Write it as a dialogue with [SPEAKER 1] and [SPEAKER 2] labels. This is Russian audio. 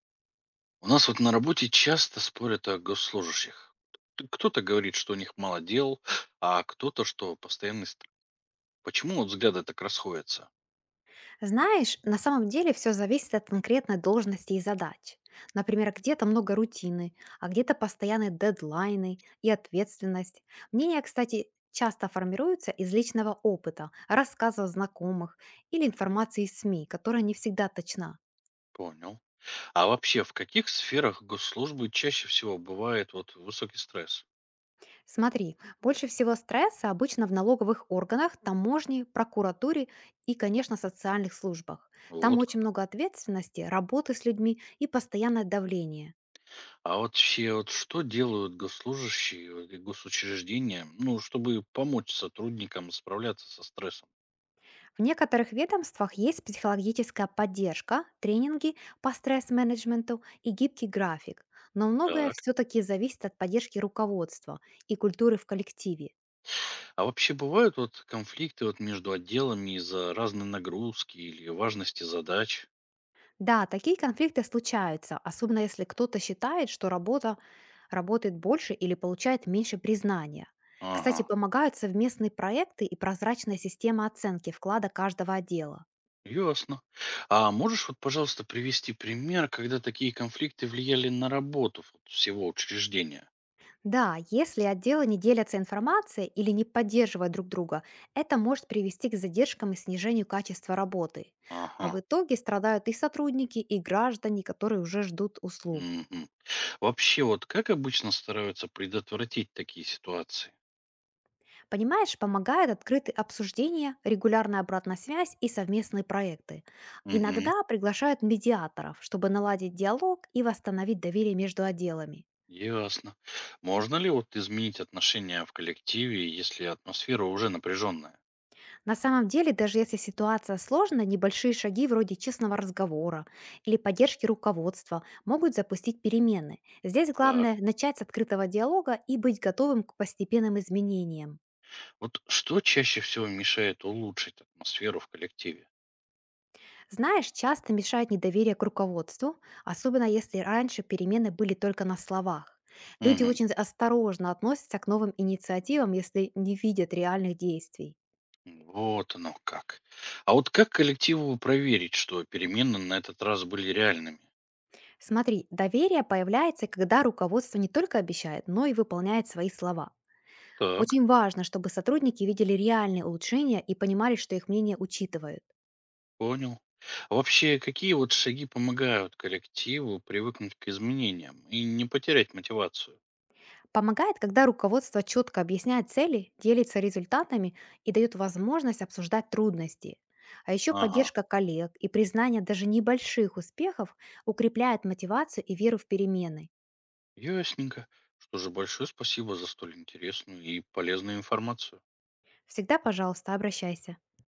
[SPEAKER 1] У нас вот на работе часто спорят о госслужащих. Кто-то говорит, что у них мало дел, а кто-то, что постоянный стресс. Почему вот взгляды так расходятся?
[SPEAKER 2] Знаешь, на самом деле все зависит от конкретной должности и задач. Например, где-то много рутины, а где-то постоянные дедлайны и ответственность. Мнения, кстати, часто формируются из личного опыта, рассказов знакомых или информации из СМИ, которая не всегда точна.
[SPEAKER 1] Понял. А вообще, в каких сферах госслужбы чаще всего бывает вот высокий стресс?
[SPEAKER 2] Смотри, больше всего стресса обычно в налоговых органах, таможне, прокуратуре и, конечно, социальных службах. Там
[SPEAKER 1] Вот
[SPEAKER 2] очень
[SPEAKER 1] как.
[SPEAKER 2] много ответственности, работы с людьми и постоянное давление.
[SPEAKER 1] А вообще, вот что делают госслужащие вот и госучреждения, ну, чтобы помочь сотрудникам справляться со стрессом?
[SPEAKER 2] В некоторых ведомствах есть психологическая поддержка, тренинги по стресс-менеджменту и гибкий график, но многое
[SPEAKER 1] Так.
[SPEAKER 2] все-таки зависит от поддержки руководства и культуры в коллективе.
[SPEAKER 1] А вообще бывают вот конфликты вот между отделами из-за разной нагрузки или важности задач?
[SPEAKER 2] Да, такие конфликты случаются, особенно если кто-то считает, что работает больше или получает меньше признания.
[SPEAKER 1] Ага,
[SPEAKER 2] Кстати, помогают совместные проекты и прозрачная система оценки вклада каждого отдела.
[SPEAKER 1] ясно. А можешь вот, пожалуйста, привести пример, когда такие конфликты влияли на работу вот всего учреждения?
[SPEAKER 2] Да, если отделы не делятся информацией или не поддерживают друг друга, это может привести к задержкам и снижению качества работы. А
[SPEAKER 1] Ага.
[SPEAKER 2] в итоге страдают и сотрудники, и граждане, которые уже ждут услуг.
[SPEAKER 1] Мгм. Вообще, вот как обычно стараются предотвратить такие ситуации?
[SPEAKER 2] Понимаешь, помогают открытые обсуждения, регулярная обратная связь и совместные проекты.
[SPEAKER 1] Угу.
[SPEAKER 2] Иногда приглашают медиаторов, чтобы наладить диалог и восстановить доверие между отделами.
[SPEAKER 1] Ясно. Можно ли вот изменить отношения в коллективе, если атмосфера уже напряженная?
[SPEAKER 2] На самом деле, даже если ситуация сложная, небольшие шаги вроде честного разговора или поддержки руководства могут запустить перемены. Здесь
[SPEAKER 1] Так.
[SPEAKER 2] главное начать с открытого диалога и быть готовым к постепенным изменениям.
[SPEAKER 1] Вот что чаще всего мешает улучшить атмосферу в коллективе?
[SPEAKER 2] Знаешь, часто мешает недоверие к руководству, особенно если раньше перемены были только на словах. Люди
[SPEAKER 1] Мгм.
[SPEAKER 2] очень осторожно относятся к новым инициативам, если не видят реальных действий.
[SPEAKER 1] Вот оно как. А вот как коллективу проверить, что перемены на этот раз были реальными?
[SPEAKER 2] Смотри, доверие появляется, когда руководство не только обещает, но и выполняет свои слова.
[SPEAKER 1] Так,
[SPEAKER 2] Очень важно, чтобы сотрудники видели реальные улучшения и понимали, что их мнение учитывают.
[SPEAKER 1] понял. А вообще, какие вот шаги помогают коллективу привыкнуть к изменениям и не потерять мотивацию?
[SPEAKER 2] Помогает, когда руководство четко объясняет цели, делится результатами и дает возможность обсуждать трудности. А еще
[SPEAKER 1] Ага,
[SPEAKER 2] поддержка коллег и признание даже небольших успехов укрепляет мотивацию и веру в перемены.
[SPEAKER 1] ясненько. Что же, большое спасибо за столь интересную и полезную информацию.
[SPEAKER 2] Всегда, пожалуйста, обращайся.